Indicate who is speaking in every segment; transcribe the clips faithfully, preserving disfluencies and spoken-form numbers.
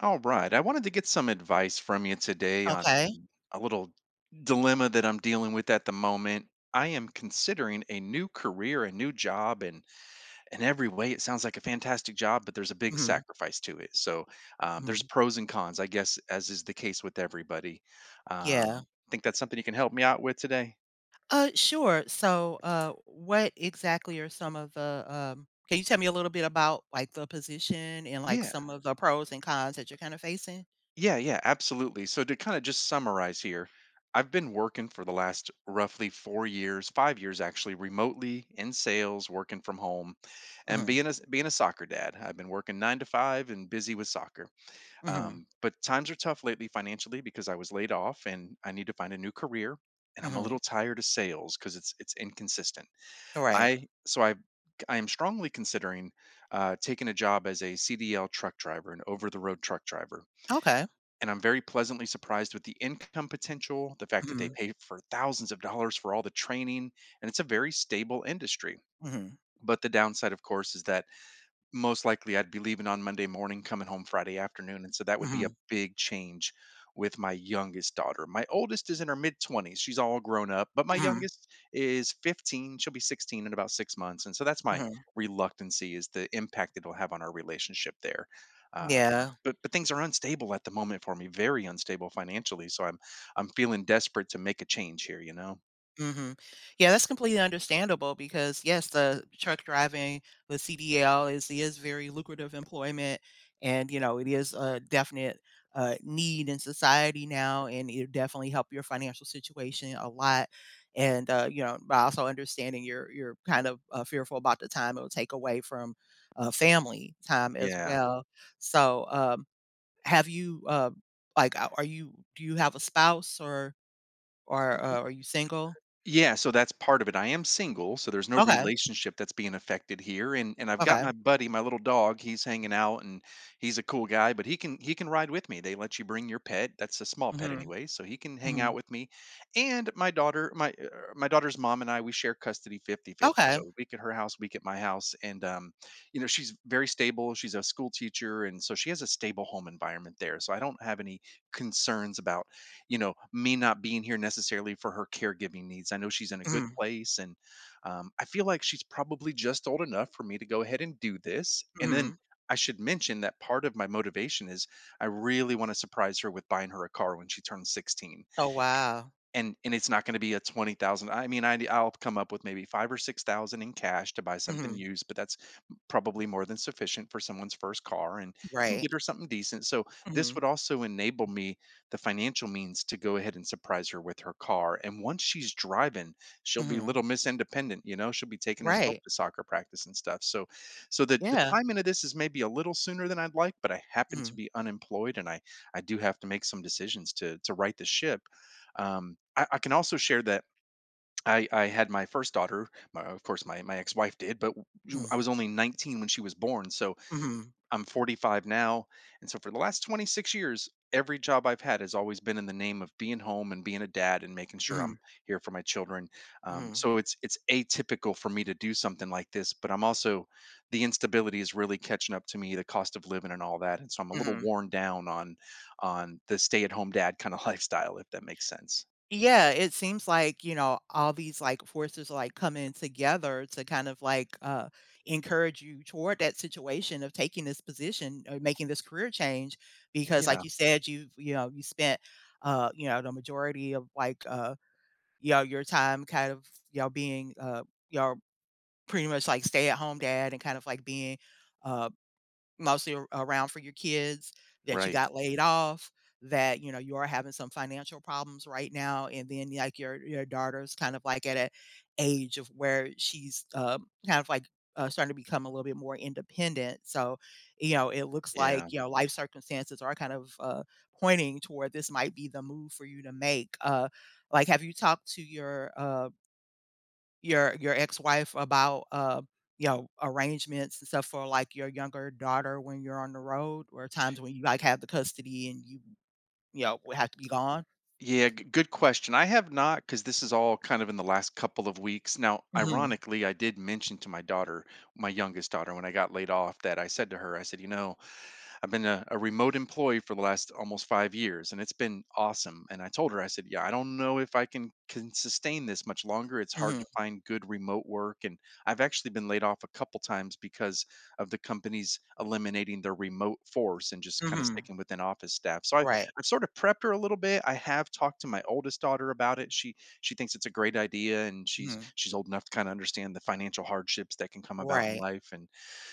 Speaker 1: All right. I wanted to get some advice from you today on
Speaker 2: Okay.
Speaker 1: a little dilemma that I'm dealing with at the moment. I am considering a new career, a new job, and in every way, it sounds like a fantastic job, but there's a big
Speaker 2: Mhm,
Speaker 1: sacrifice to it. So um, there's
Speaker 2: mhm.
Speaker 1: pros and cons, I guess, as is the case with everybody.
Speaker 2: Yeah.
Speaker 1: Um, think that's something you can help me out with today.
Speaker 2: Uh, sure. So, uh, what exactly are some of the, um can you tell me a little bit about, like, the position and, like,
Speaker 1: Yeah,
Speaker 2: some of the pros and cons that you're kinda facing?
Speaker 1: Yeah, yeah, absolutely. So to kind of just summarize here, I've been working for the last roughly four years, five years actually, remotely in sales, working from home, and
Speaker 2: Mhm,
Speaker 1: being a being a soccer dad. I've been working nine to five and busy with soccer.
Speaker 2: mhm,
Speaker 1: Um, but times are tough lately financially because I was laid off and I need to find a new career. And I'm a
Speaker 2: mhm.
Speaker 1: little tired of sales because it's it's inconsistent.
Speaker 2: Right.
Speaker 1: I so I I am strongly considering uh, taking a job as a C D L truck driver, an over the road truck driver,
Speaker 2: Okay.
Speaker 1: and I'm very pleasantly surprised with the income potential, the fact that they
Speaker 2: Mhm,
Speaker 1: pay for thousands of dollars for all the training, and it's a very stable industry.
Speaker 2: mhm,
Speaker 1: But the downside, of course, is that most likely I'd be leaving on Monday morning, coming home Friday afternoon. And so that would be a
Speaker 2: mhm,
Speaker 1: big change with my youngest daughter. My oldest is in her mid twenties. She's all grown up, but my
Speaker 2: mhm,
Speaker 1: youngest is fifteen. She'll be sixteen in about six months. And so that's my
Speaker 2: mhm.
Speaker 1: reluctancy is the impact it'll have on our relationship there. Uh,
Speaker 2: Yeah.
Speaker 1: but but things are unstable at the moment for me, very unstable financially. So I'm I'm feeling desperate to make a change here, you know?
Speaker 2: Mhm. Yeah, that's completely understandable because yes, the truck driving, the C D L is is very lucrative employment and you know, it is a definite uh, need in society now and it definitely help your financial situation a lot. And uh, you know, by also understanding you're you're kind of uh, fearful about the time it'll take away from uh, family time as
Speaker 1: Yeah.
Speaker 2: well. So, um, have you uh, like, uh, are you do you have a spouse or or uh, are you single?
Speaker 1: Yeah, so that's part of it. I am single, so there's no
Speaker 2: Okay.
Speaker 1: relationship that's being affected here. And and I've got
Speaker 2: Okay.
Speaker 1: my buddy, my little dog, he's hanging out and he's a cool guy, but he can he can ride with me. They let you bring your pet. That's a small pet
Speaker 2: Mhm,
Speaker 1: anyway, so he can hang out
Speaker 2: mhm.
Speaker 1: with me. And my daughter, my uh, my daughter's mom and I, we share custody fifty-fifty.
Speaker 2: Okay.
Speaker 1: So a week at her house, week at my house. And um, you know, she's very stable. She's a school teacher, and so she has a stable home environment there. So I don't have any concerns about, you know, me not being here necessarily for her caregiving needs. I know she's in a good
Speaker 2: Mhm,
Speaker 1: place, and um, I feel like she's probably just old enough for me to go ahead and do this. And then
Speaker 2: mhm.
Speaker 1: I should mention that part of my motivation is I really want to surprise her with buying her a car when she turns sixteen,
Speaker 2: Oh, wow.
Speaker 1: and and it's not going to be a twenty thousand. I mean, I I'll come up with maybe five or six thousand in cash to buy something
Speaker 2: Mhm.
Speaker 1: used, but that's probably more than sufficient for someone's first car and can
Speaker 2: Right.
Speaker 1: get her something decent. So this
Speaker 2: Mhm,
Speaker 1: would also enable me the financial means to go ahead and surprise her with her car. And once she's driving, she'll be
Speaker 2: mhm.
Speaker 1: little miss independent, you know, she'll be taking herself
Speaker 2: Right.
Speaker 1: to soccer practice and stuff. So so the the
Speaker 2: Yeah.
Speaker 1: timing of this is maybe a little sooner than I'd like, but I happen to
Speaker 2: Mhm,
Speaker 1: be unemployed and I I do have to make some decisions to to right the ship. Um, I, I can also share that I, I had my first daughter. My, of course, my, my ex wife did, but w- I
Speaker 2: mhm,
Speaker 1: was only nineteen when she was born. So
Speaker 2: mhm,
Speaker 1: I'm forty-five now. And so for the last twenty-six years, every job I've had has always been in the name of being home and being a dad and making sure I'm
Speaker 2: mhm,
Speaker 1: here for my children. Um,
Speaker 2: mhm,
Speaker 1: so it's it's atypical for me to do something like this, but I'm also the instability is really catching up to me, the cost of living and all that. And so I'm a little
Speaker 2: mhm.
Speaker 1: worn down on on the stay at home dad kind of lifestyle, if that makes sense.
Speaker 2: Yeah, it seems like, you know, all these, like, forces are, like, coming together to kind of, like, uh, encourage you toward that situation of taking this position or making this career change because, like
Speaker 1: Yeah.
Speaker 2: you said, you you know, you spent, uh, you know, the majority of, like, uh you all your time kind of, you all being, uh, you all pretty much like stay at home dad and kind of like being, uh, mostly ar around for your kids, that you
Speaker 1: Right.
Speaker 2: got laid off, that, you know, you are having some financial problems right now, and then, like, your your daughter's kind of, like, at a age of where she's, um, kind of, like, uh, starting to become a little bit more independent, so, you know, it looks
Speaker 1: Yeah.
Speaker 2: like, you know, life circumstances are kind of, uh, pointing toward this might be the move for you to make, uh, like, have you talked to your, uh your your ex-wife about, uh, you know, arrangements and stuff for, like, your younger daughter when you're on the road or times when you, like, have the custody and you, you know, would have to be gone?
Speaker 1: Yeah. g- Good question. I have not, because this is all kind of in the last couple of weeks. Now,
Speaker 2: Mhm,
Speaker 1: ironically, I did mention to my daughter, my youngest daughter, when I got laid off, that I said to her, I said, you know, I've been a, a remote employee for the last almost five years, and it's been awesome. And I told her, I said, yeah, I don't know if I can can sustain this much longer. It's hard
Speaker 2: mhm,
Speaker 1: to find good remote work, and I've actually been laid off a couple times because of the companies eliminating their remote force and just kind of
Speaker 2: mhm,
Speaker 1: sticking within office staff. So I,
Speaker 2: right,
Speaker 1: I've sort of prepped her a little bit. I have talked to my oldest daughter about it. She she thinks it's a great idea, and she's
Speaker 2: mhm,
Speaker 1: she's old enough to kind of understand the financial hardships that can come about in
Speaker 2: right,
Speaker 1: life. And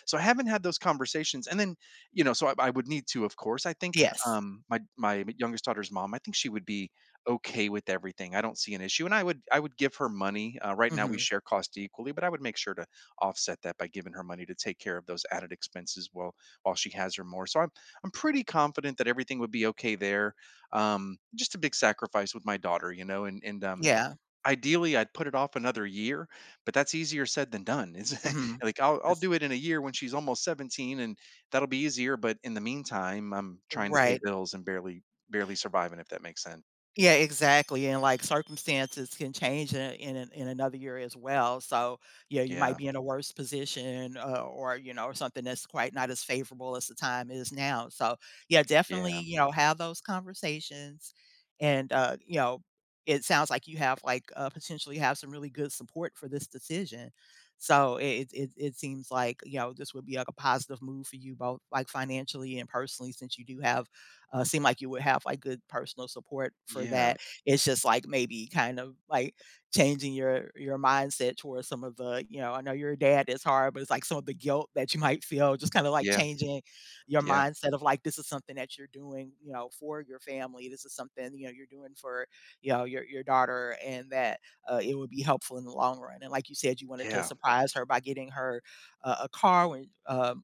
Speaker 1: so I haven't had those conversations. And then you know, so I, I would need to, of course. I think
Speaker 2: yes,
Speaker 1: um, my my youngest daughter's mom. I think she would be okay with everything. I don't see an issue, and I would I would give her money. Uh, right now, we
Speaker 2: mhm,
Speaker 1: share cost equally, but I would make sure to offset that by giving her money to take care of those added expenses while while she has her more. So I'm I'm pretty confident that everything would be okay there. Um, just a big sacrifice with my daughter, you know, and and um,
Speaker 2: yeah,
Speaker 1: ideally, I'd put it off another year, but that's easier said than done. It's
Speaker 2: mhm,
Speaker 1: like I'll I'll
Speaker 2: 'cause
Speaker 1: do it in a year when she's almost seventeen and that'll be easier, but in the meantime, I'm trying to pay
Speaker 2: right.
Speaker 1: bills and barely barely surviving if that makes sense.
Speaker 2: Yeah, exactly, and, like, circumstances can change in in an in another year as well, so, yeah, you might
Speaker 1: Yeah.
Speaker 2: be in a worse position, uh, or, you know, something that's quite not as favorable as the time is now, so, yeah, definitely,
Speaker 1: Yeah.
Speaker 2: you know, have those conversations, and, uh, you know, it sounds like you have, like, uh, potentially have some really good support for this decision, so it it it seems like, you know, this would be, like, a positive move for you both, like, financially and personally since you do have uh, seem like you would have like good personal support for
Speaker 1: Yeah.
Speaker 2: that. It's just like maybe kind of like changing your your mindset towards some of the, you know, I know you're a dad, it's hard, but it's like some of the guilt that you might feel, just kind of like
Speaker 1: Yeah.
Speaker 2: changing your
Speaker 1: Yeah.
Speaker 2: mindset of like this is something that you're doing, you know, for your family. This is something, you know, you're doing for, you know, your your daughter and that uh, it would be helpful in the long run. And like you said, you wanted to
Speaker 1: Yeah.
Speaker 2: surprise her by getting her uh, a car when um,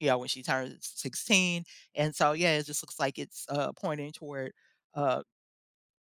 Speaker 2: you know, when she turns sixteen and so, yeah, it just looks like it's, uh, pointing toward, uh,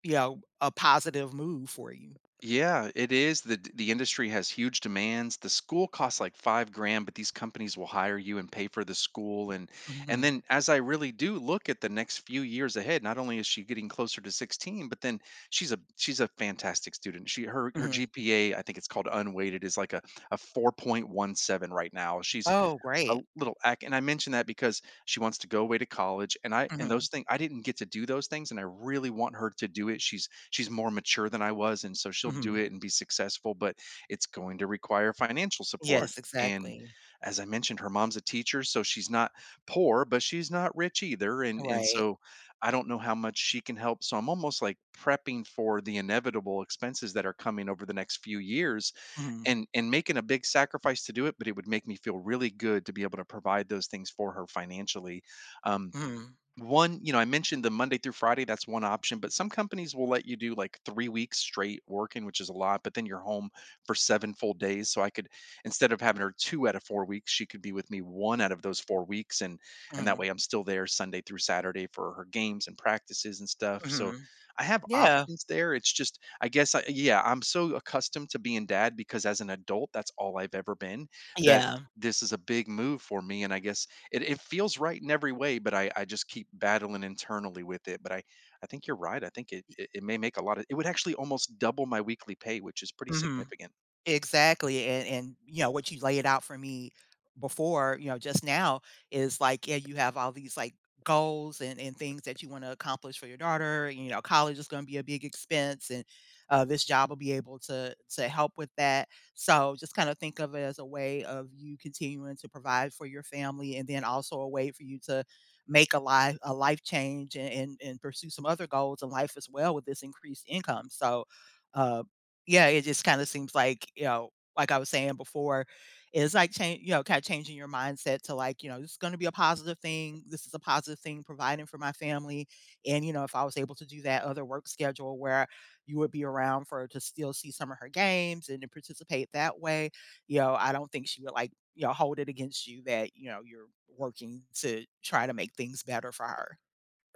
Speaker 2: you know, a positive move for you.
Speaker 1: Yeah, it is. The the industry has huge demands. The school costs like five grand, but these companies will hire you and pay for the school. And and
Speaker 2: Mhm.
Speaker 1: then as I really do look at the next few years ahead, not only is she getting closer to sixteen, but then she's a she's a fantastic student. She her her
Speaker 2: Mhm.
Speaker 1: G P A, I think it's called unweighted, is like a, a four point one seven right now. She's
Speaker 2: Oh,
Speaker 1: a
Speaker 2: great.
Speaker 1: little act, and I mentioned that because she wants to go away to college, and I and
Speaker 2: Mhm.
Speaker 1: those things I didn't get to do those things and I really want her to do it. She's she's more mature than I was, and so she'll do
Speaker 2: Mhm.
Speaker 1: it and be successful, but it's going to require financial support.
Speaker 2: Yes,
Speaker 1: And
Speaker 2: exactly.
Speaker 1: as I mentioned, her mom's a teacher, so she's not poor, but she's not rich either. And and
Speaker 2: Right.
Speaker 1: so I don't know how much she can help. So I'm almost like prepping for the inevitable expenses that are coming over the next few years
Speaker 2: Mhm.
Speaker 1: and and making a big sacrifice to do it, but it would make me feel really good to be able to provide those things for her financially. Um,
Speaker 2: Mhm.
Speaker 1: one you know I mentioned the Monday through Friday, that's one option, but some companies will let you do like three weeks straight working, which is a lot, but then you're home for seven full days. So I could, instead of having her two out of four weeks, she could be with me one out of those four weeks, and and that
Speaker 2: Mhm.
Speaker 1: way I'm still there Sunday through Saturday for her games and practices and stuff. So
Speaker 2: Mhm.
Speaker 1: I have
Speaker 2: Yeah.
Speaker 1: options there. It's just I guess I, yeah, I'm so accustomed to being dad because as an adult that's all I've ever been that
Speaker 2: Yeah.
Speaker 1: this is a big move for me, and I guess it it, feels right in every way, but I I just keep battling internally with it, but I I think you're right. I think it it, it may make a lot of it would actually almost double my weekly pay, which is pretty
Speaker 2: Mhm.
Speaker 1: significant.
Speaker 2: Exactly, and and, you know, what you laid out for me before, you know, just now is like, yeah, you have all these, like, goals and and things that you wanna accomplish for your daughter, you know, college is gonna be a big expense, and, uh, this job will be able to to help with that, so just kinda think of it as a way of you continuing to provide for your family, and then also a way for you to make a life a life change and and and pursue some other goals in life as well with this increased income, so, uh yeah, it just kinda seems like, you know, like I was saying before, it's like chan you know, kinda changing your mindset to like, you know, this is gonna be a positive thing. This is a positive thing providing for my family, and, you know, if I was able to do that other work schedule where you would be around for her to still see some of her games and to participate that way, you know, I don't think she would, like, you know, hold it against you that, you know, you're working to try to make things better for her.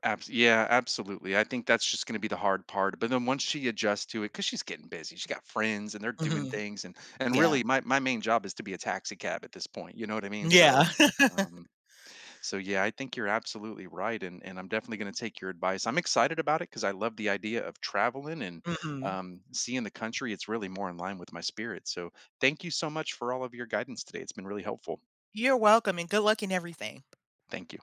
Speaker 1: Abs- yeah, absolutely. I think that's just going to be the hard part. But then once she adjusts to it, because she's getting busy, she's got friends and they're doing
Speaker 2: Mhm.
Speaker 1: things, and and
Speaker 2: Yeah.
Speaker 1: really, my my main job is to be a taxi cab at this point. You know what I mean? So,
Speaker 2: Yeah.
Speaker 1: um, So yeah, I think you're absolutely right, and and I'm definitely going to take your advice. I'm excited about it because I love the idea of traveling and
Speaker 2: Mhm.
Speaker 1: um, seeing the country. It's really more in line with my spirit. So thank you so much for all of your guidance today. It's been really helpful.
Speaker 2: You're welcome, and good luck in everything.
Speaker 1: Thank you.